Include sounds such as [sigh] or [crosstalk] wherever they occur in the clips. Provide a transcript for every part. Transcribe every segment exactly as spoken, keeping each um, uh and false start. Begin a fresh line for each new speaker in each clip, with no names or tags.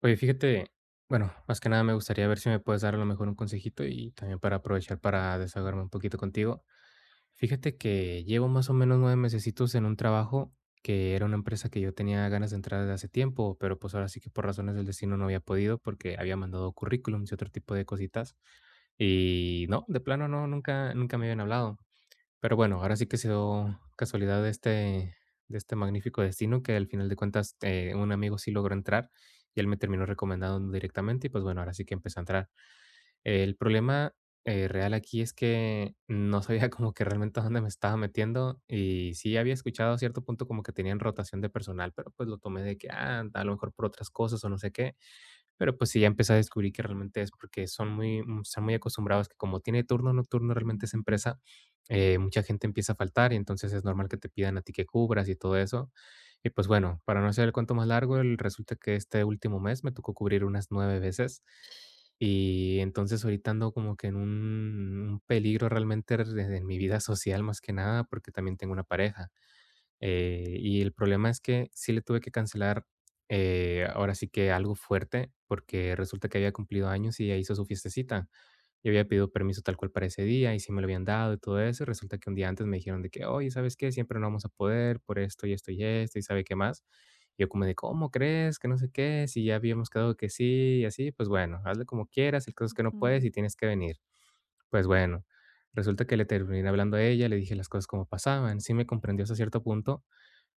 Oye, fíjate, bueno, más que nada me gustaría ver si me puedes dar a lo mejor un consejito y también para aprovechar para desahogarme un poquito contigo. Fíjate que llevo más o menos nueve mesecitos en un trabajo que era una empresa que yo tenía ganas de entrar desde hace tiempo, pero pues ahora sí que por razones del destino no había podido porque había mandado currículums y otro tipo de cositas. Y no, de plano no, nunca, nunca me habían hablado. Pero bueno, ahora sí que se dio casualidad de este de este magnífico destino que al final de cuentas, eh, un amigo sí logró entrar y él me terminó recomendando directamente y, pues, bueno, ahora sí que empecé a entrar. El problema, eh, real aquí es que no sabía [laughs] como que realmente a dónde me estaba metiendo y sí había escuchado a cierto punto como que tenían rotación de personal, pero, pues, lo tomé de que, ah, a lo mejor por otras cosas o no sé qué. Pero, pues, sí, ya empecé a descubrir que realmente es porque son muy mm, están muy acostumbrados que como tiene turno nocturno realmente esa empresa, eh, mucha gente empieza a faltar, y entonces es normal que te pidan a ti que cubras y todo eso. Y, pues, bueno, para no hacer el cuento más largo, el resulta que este último mes me tocó cubrir unas nueve veces. Y entonces ahorita ando como que en un un peligro realmente r en mi vida social, más que nada, porque también tengo una pareja. Eh, y el problema es que sí le tuve que cancelar, eh, ahora sí que algo fuerte, porque resulta que había cumplido años y ella hizo su fiestecita. Yo había pedido permiso tal cual para ese día y sí me lo habían dado y todo eso. Y resulta que un día antes me dijeron de que, oye, ¿sabes qué? Siempre no vamos a poder por esto y esto y esto y sabe qué más. Y yo como de, ¿cómo crees? Que no sé qué, si ya habíamos quedado que sí y así, pues bueno, hazle como quieras, el caso es que no
Mm,
puedes y tienes que venir. Pues bueno, resulta que le terminé hablando a ella, le dije las cosas como pasaban, sí me comprendió hasta cierto punto,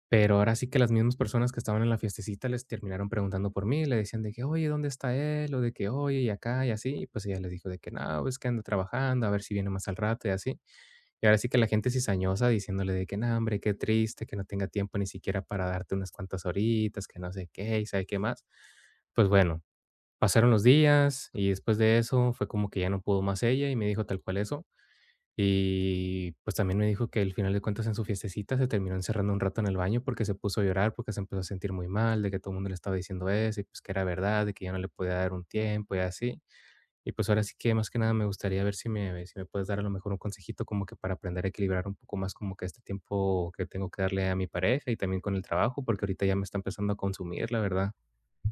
pero ahora sí que las mismas personas que estaban en la fiestecita les terminaron preguntando por mí, le decían de que: "Oye, ¿dónde está él?", o de que: "Oye, y acá", y así, y pues ella les dijo de que: "No, pues que anda trabajando, a ver si viene más al rato", y así. Y ahora sí que la gente cizañosa diciéndole de que: "No, hombre, qué triste que no tenga tiempo ni siquiera para darte unas cuantas horitas, que no sé qué, y sabe qué más". Pues bueno, pasaron los días y después de eso fue como que ya no pudo más ella y me dijo tal cual eso. Y pues también me dijo que al final de cuentas en su fiestecita se terminó encerrando un rato en el baño porque se puso a llorar, porque se empezó a sentir muy mal, de que todo el mundo le estaba diciendo eso y pues que era verdad, de que ya no le podía dar un tiempo y así. Y pues ahora sí que más que nada me gustaría ver si me, si me puedes dar a lo mejor un consejito como que para aprender a equilibrar un poco más como que este tiempo que tengo que darle a mi pareja y también con el trabajo, porque ahorita ya me está empezando a consumir, la verdad.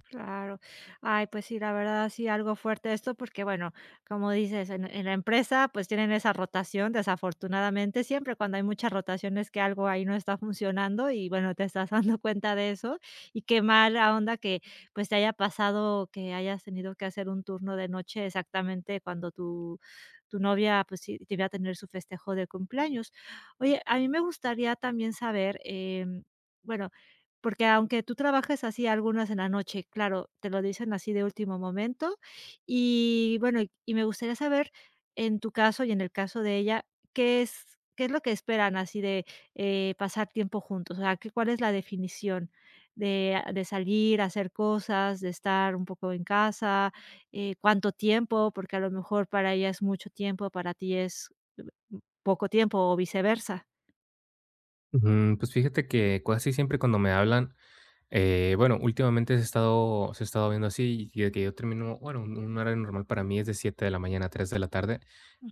claro. Ay, pues sí, la verdad sí, algo fuerte esto, porque bueno, como dices, en, en la empresa pues tienen esa rotación, desafortunadamente, siempre cuando hay muchas rotaciones que algo ahí no está funcionando y bueno, te estás [laughs] dando cuenta de eso y qué mala onda que pues te haya pasado que hayas tenido que hacer un turno de noche exactamente cuando tu, tu novia pues sí, te iba a tener su festejo de cumpleaños. Oye, a mí me gustaría también saber, em, bueno, porque aunque tú trabajes así algunas en la noche, claro, te lo dicen así de último momento. Y bueno, y y me gustaría saber, en tu caso y en el caso de ella, ¿qué es qué es lo que esperan así de, eh, pasar tiempo juntos? O sea, ¿qué cuál es la definición de ah, de salir, hacer cosas, de estar un poco en casa? Eh, ¿cuánto tiempo? Porque a lo mejor para ella es mucho tiempo, para ti es eh, poco tiempo o viceversa.
Ujú, pues fíjate que casi siempre cuando me hablan, eh, bueno, últimamente se ha estado, se ha estado viendo así y de que yo termino, bueno, un, un horario normal para mí es de siete de la mañana a tres de la tarde.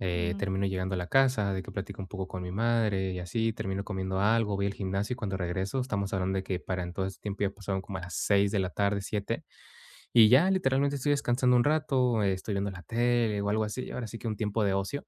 eh, termino llegando a la casa, de que platico un poco con mi madre y así, termino comiendo algo, voy al gimnasio y cuando regreso, estamos hablando de que para entonces tiempo ya pasaron como a las seis de la tarde, siete, y ya literalmente estoy descansando un rato, eh, estoy viendo la tele o algo así, ahora sí que un tiempo de ocio.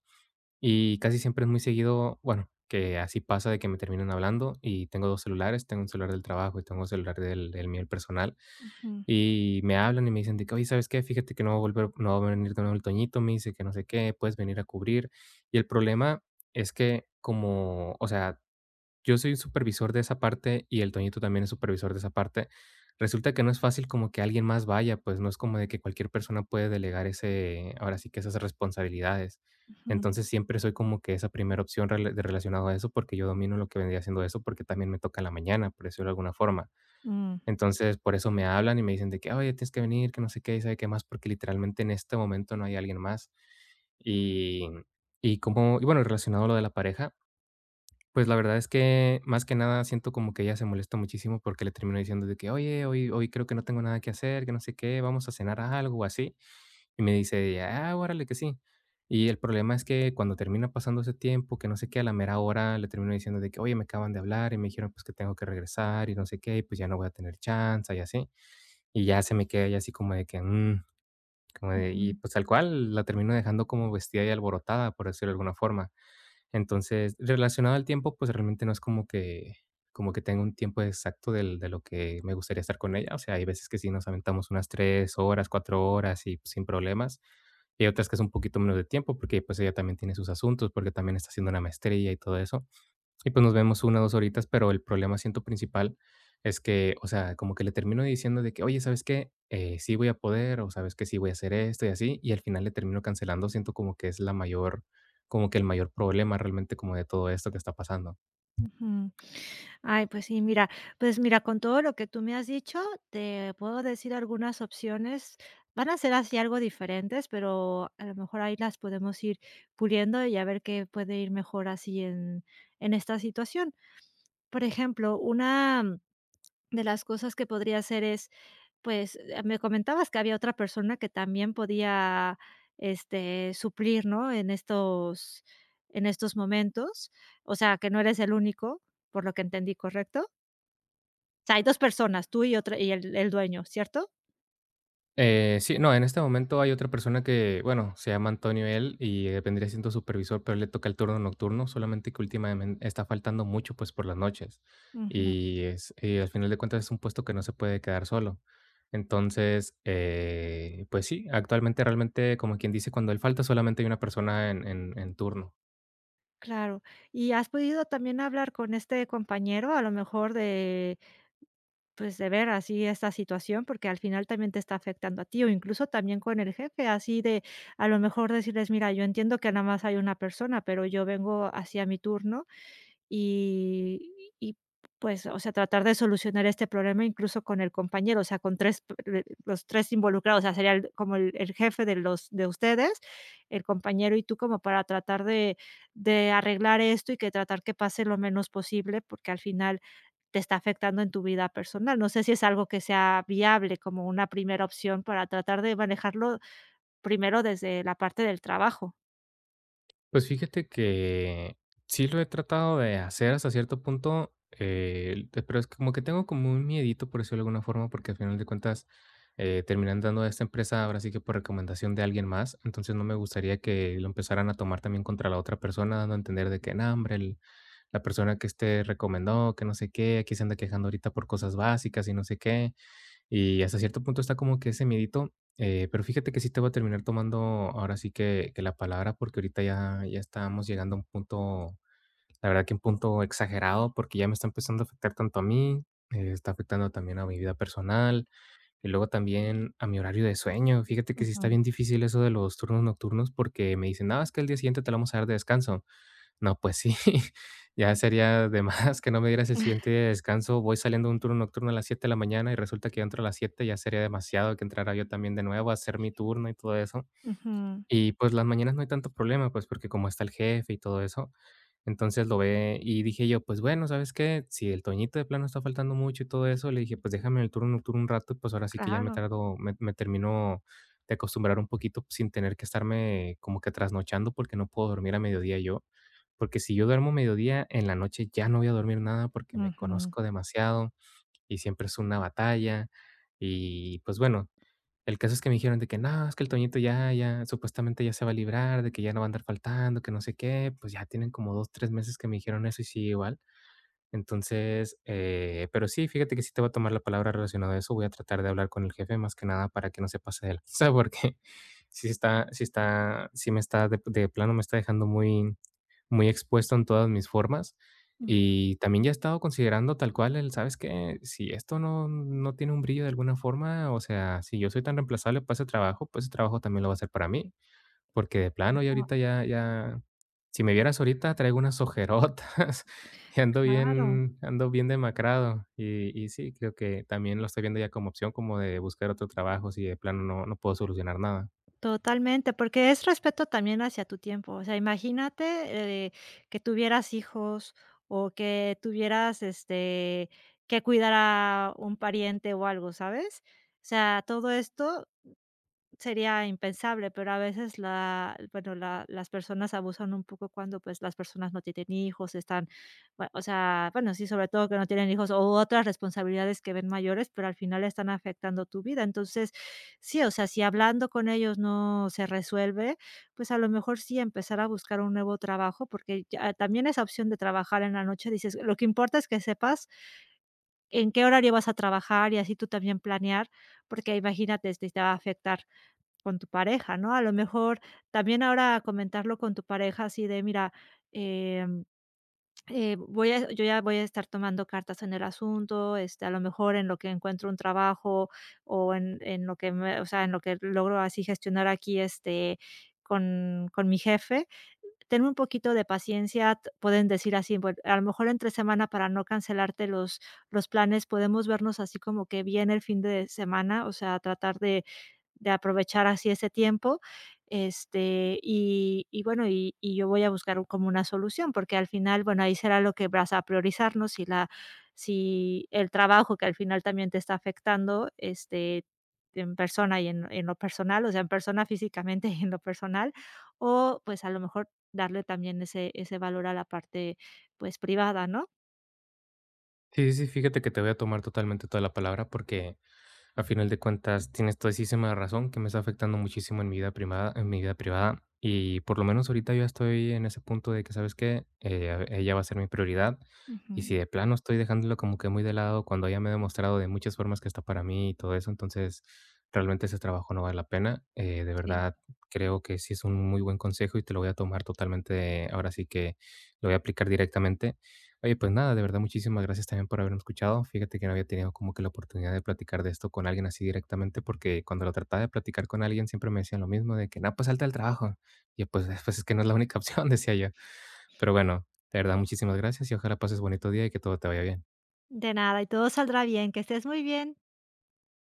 Y casi siempre es muy seguido, bueno, que así pasa de que me terminan hablando y tengo dos celulares, tengo un celular del trabajo y tengo un celular del del mío, el personal,
ujú,
y me hablan y me dicen de que: "Oye, ¿sabes qué? Fíjate que no va a volver no va a venir de nuevo el Toñito", me dice que no sé qué, "puedes venir a cubrir". Y el problema es que como, o sea, yo soy un supervisor de esa parte y el Toñito también es supervisor de esa parte. Resulta que no es fácil como que alguien más vaya, pues no es como de que cualquier persona puede delegar ese, ahora sí que esas responsabilidades.
ujú.
Entonces siempre soy como que esa primera opción rela- de relacionado a eso porque yo domino lo que vendría siendo eso porque también me toca en la mañana, por decirlo de alguna forma.
Mm.
Entonces por eso me hablan y me dicen de que, oye, tienes que venir, que no sé qué, y sabe qué más, porque literalmente en este momento no hay alguien más. Y, y como, y bueno, relacionado a lo de la pareja, pues, la verdad es que, más que nada, siento como que ella se molesta muchísimo porque le termino diciendo de que: "Oye, hoy hoy creo que no tengo nada que hacer, que no sé qué, vamos a cenar algo o así". Y me dice ella: "Ah, órale que sí". Y el problema es que cuando termina pasando ese tiempo, que no sé qué, a la mera hora le termino diciendo de que: "Oye, me acaban de hablar y me dijeron, pues, que tengo que regresar y no sé qué, y pues ya no voy a tener chance", y así. Y ya se me queda ella así como de que, mm, como de y
Ujú.
pues, tal cual la termino dejando como vestida y alborotada, por decirlo de alguna forma. Entonces, relacionado al tiempo, pues realmente no es como que como que tenga un tiempo exacto del de lo que me gustaría estar con ella. O sea, hay veces que sí nos aventamos unas tres horas, cuatro horas y sin problemas. Y hay otras que es un poquito menos de tiempo porque, pues, ella también tiene sus asuntos, porque también está haciendo una maestría y todo eso. Y pues nos vemos una o dos horitas, pero el problema, siento, principal es que, o sea, como que le termino diciendo de que: "Oye, ¿sabes qué? Eh, sí voy a poder", o, "¿Sabes que sí voy a hacer esto", y así, y al final le termino cancelando, siento como que es la mayor como que el mayor problema realmente como de todo esto que está pasando.
Ujú. Ay, pues sí, mira, pues mira, con todo lo que tú me has dicho, te puedo decir algunas opciones. Van a ser así algo diferentes, pero a lo mejor ahí las podemos ir puliendo y a ver qué puede ir mejor así en, en esta situación. Por ejemplo, una de las cosas que podría hacer es, pues, eh, me comentabas que había otra persona que también podía, este, suplir, ¿no? En estos en estos momentos, o sea, que no eres el único, por lo que entendí, ¿correcto? O sea, hay dos personas, tú y otra y el el dueño, ¿cierto?
Eh, sí, no, en este momento hay otra persona que, bueno, se llama Antonio él y, eh, vendría siendo supervisor, pero le toca el turno nocturno, solamente que últimamen está faltando mucho, pues, por las noches.
Ujú.
Y es y al final de cuentas es un puesto que no se puede quedar solo. Entonces, eh, pues sí, actualmente realmente, como quien dice, cuando él falta solamente hay una persona en en en turno.
Claro. ¿Y has podido también hablar con este compañero, a lo mejor de pues, de ver así esta situación, porque al final también te está afectando a ti, o incluso también con el jefe, así de, a lo mejor decirles: "Mira, yo entiendo que nada más hay una persona, pero yo vengo hacia mi turno", y y pues, o sea, tratar de solucionar este problema incluso con el compañero, o sea, con tres p le los tres involucrados, o sea, sería el como el el jefe de los de ustedes, el compañero y tú, como para tratar de de arreglar esto y que tratar que pase lo menos posible, porque al final, te está afectando en tu vida personal. No sé si es algo que sea viable como una primera opción para tratar de manejarlo primero desde la parte del trabajo.
Pues fíjate que sí lo he tratado de hacer hasta cierto punto, eh, te- pero es como que tengo como un miedito, por decirlo de alguna forma, porque al final de cuentas eh, terminan dando a esta empresa ahora sí que por recomendación de alguien más, entonces no me gustaría que lo empezaran a tomar también contra la otra persona, dando a entender de que, no, hombre, el- la persona que este recomendó, que no sé qué, aquí se anda quejando ahorita por cosas básicas y no sé qué. Y hasta cierto punto está como que ese miedito, eh, pero fíjate que sí te voy a terminar tomando ahora sí que, que la palabra, porque ahorita ya, ya estamos llegando a un punto, la verdad que un punto exagerado, porque ya me está empezando a afectar tanto a mí, eh, está afectando también a mi vida personal, y luego también a mi horario de sueño. Fíjate que sí
Ujú.
está bien difícil eso de los turnos nocturnos, porque me dicen, nada, es que el día siguiente te lo vamos a dar de descanso. No, pues sí, [laughs] ya sería de más que no me dieras el siguiente día de descanso. Voy saliendo un turno nocturno a las siete de la mañana y resulta que yo entro a las siete, ya sería demasiado que entrara yo también de nuevo a hacer mi turno y todo eso.
Ujú.
Y pues las mañanas no hay tanto problema, pues porque como está el jefe y todo eso, entonces lo ve y dije yo, pues bueno, ¿sabes qué? Si el Toñito de plano está faltando mucho y todo eso, le dije, pues déjame en el turno nocturno un rato, y pues ahora sí que ya me
Claro.
tardo, me, me termino de acostumbrar un poquito sin tener que estarme como que trasnochando porque no puedo dormir a mediodía yo. Porque si yo duermo mediodía, en la noche ya no voy a dormir nada porque me
Ujú.
conozco demasiado y siempre es una batalla. Y pues bueno, el caso es que me dijeron de que: "No, es que el Toñito ya ya supuestamente ya se va a librar, de que ya no va a andar faltando, que no sé qué". Pues ya tienen como dos tres meses que me dijeron eso y sigue igual. Entonces, eh, pero sí, fíjate que sí te voy a tomar la palabra relacionado a eso. Voy a tratar de hablar con el jefe más que nada para que no se pase de lanza, [laughs] porque sí está sí está sí me está de de plano me está dejando muy muy expuesto en todas mis formas.
Ujú,
Y también ya he estado considerando tal cual el, ¿sabes qué? Si esto no, no tiene un brillo de alguna forma, o sea, si yo soy tan reemplazable para ese trabajo, pues ese trabajo también lo va a hacer para mí. Porque de plano, ya ahorita ya, ya, si me vieras ahorita, traigo unas ojerotas [laughs] y ando
claro.
bien, ando bien demacrado. Y, y sí, creo que también lo estoy viendo ya como opción, como de buscar otro trabajo si de plano no, no puedo solucionar nada.
Totalmente, porque es respeto también hacia tu tiempo. O sea, imagínate, eh, que tuvieras hijos o que tuvieras, este, que cuidar a un pariente o algo, ¿sabes? O sea, todo esto sería impensable, pero a veces la bueno, la las personas abusan un poco cuando, pues, las personas no tienen hijos, están, bue o sea, bueno, sí, sobre todo que no tienen hijos o otras responsabilidades que ven mayores, pero al final están afectando tu vida. Entonces, sí, o sea, si hablando con ellos no se resuelve, pues, a lo mejor sí empezar a buscar un nuevo trabajo, porque ya también esa opción de trabajar en la noche, dices, lo que importa es que sepas en qué horario vas a trabajar y así tú también planear, porque imagínate, si te va a afectar con tu pareja, ¿no? A lo mejor también ahora comentarlo con tu pareja así de, mira, em, eh, voy a yo ya voy a estar tomando cartas en el asunto, este, a lo mejor en lo que encuentro un trabajo o en en lo que me o sea, en lo que logro así gestionar aquí, este, con con mi jefe. Tenme un poquito de paciencia, t pueden decir así, bueno, a lo mejor entre semana para no cancelarte los los planes, podemos vernos así como que bien el fin de semana, o sea, tratar de de aprovechar así ese tiempo, este, y y bueno, y y yo voy a buscar un- como una solución, porque al final, bueno, ahí será lo que vas a priorizarnos. Si la si el trabajo que al final también te está afectando, este, en persona y en en lo personal, o sea, en persona físicamente [laughs] y en lo personal, o pues a lo mejor darle también ese ese valor a la parte, pues, privada, ¿no?
Sí, sí, sí, fíjate que te voy a tomar totalmente toda la palabra porque a final de cuentas, tienes todísima razón que me está afectando muchísimo en mi vida privada, en mi vida privada. Y por lo menos ahorita yo ya estoy en ese punto de que, ¿sabes qué? Eh, a- ella va a ser mi prioridad. Y si
Ujú.
de plano estoy dejándolo como que muy de lado cuando ella me ha demostrado de muchas formas que está para mí y todo eso, entonces realmente ese trabajo no vale la pena. Eh, de
Sí.
verdad, creo que sí es un muy buen consejo y te lo voy a tomar totalmente, ahora sí que lo voy a aplicar directamente. Oye, pues nada, de verdad, muchísimas gracias también por haberme escuchado. Fíjate que no había tenido como que la oportunidad de platicar de esto con alguien así directamente, porque cuando lo trataba de platicar con alguien siempre me decían lo mismo, de que, no, pues salte al trabajo. Y yo, pues, [laughs] pues es que no es la única opción, [laughs] decía yo. Pero bueno, de verdad, muchísimas gracias y ojalá pases bonito día y que todo te vaya bien.
De nada, y todo saldrá bien, que estés muy bien.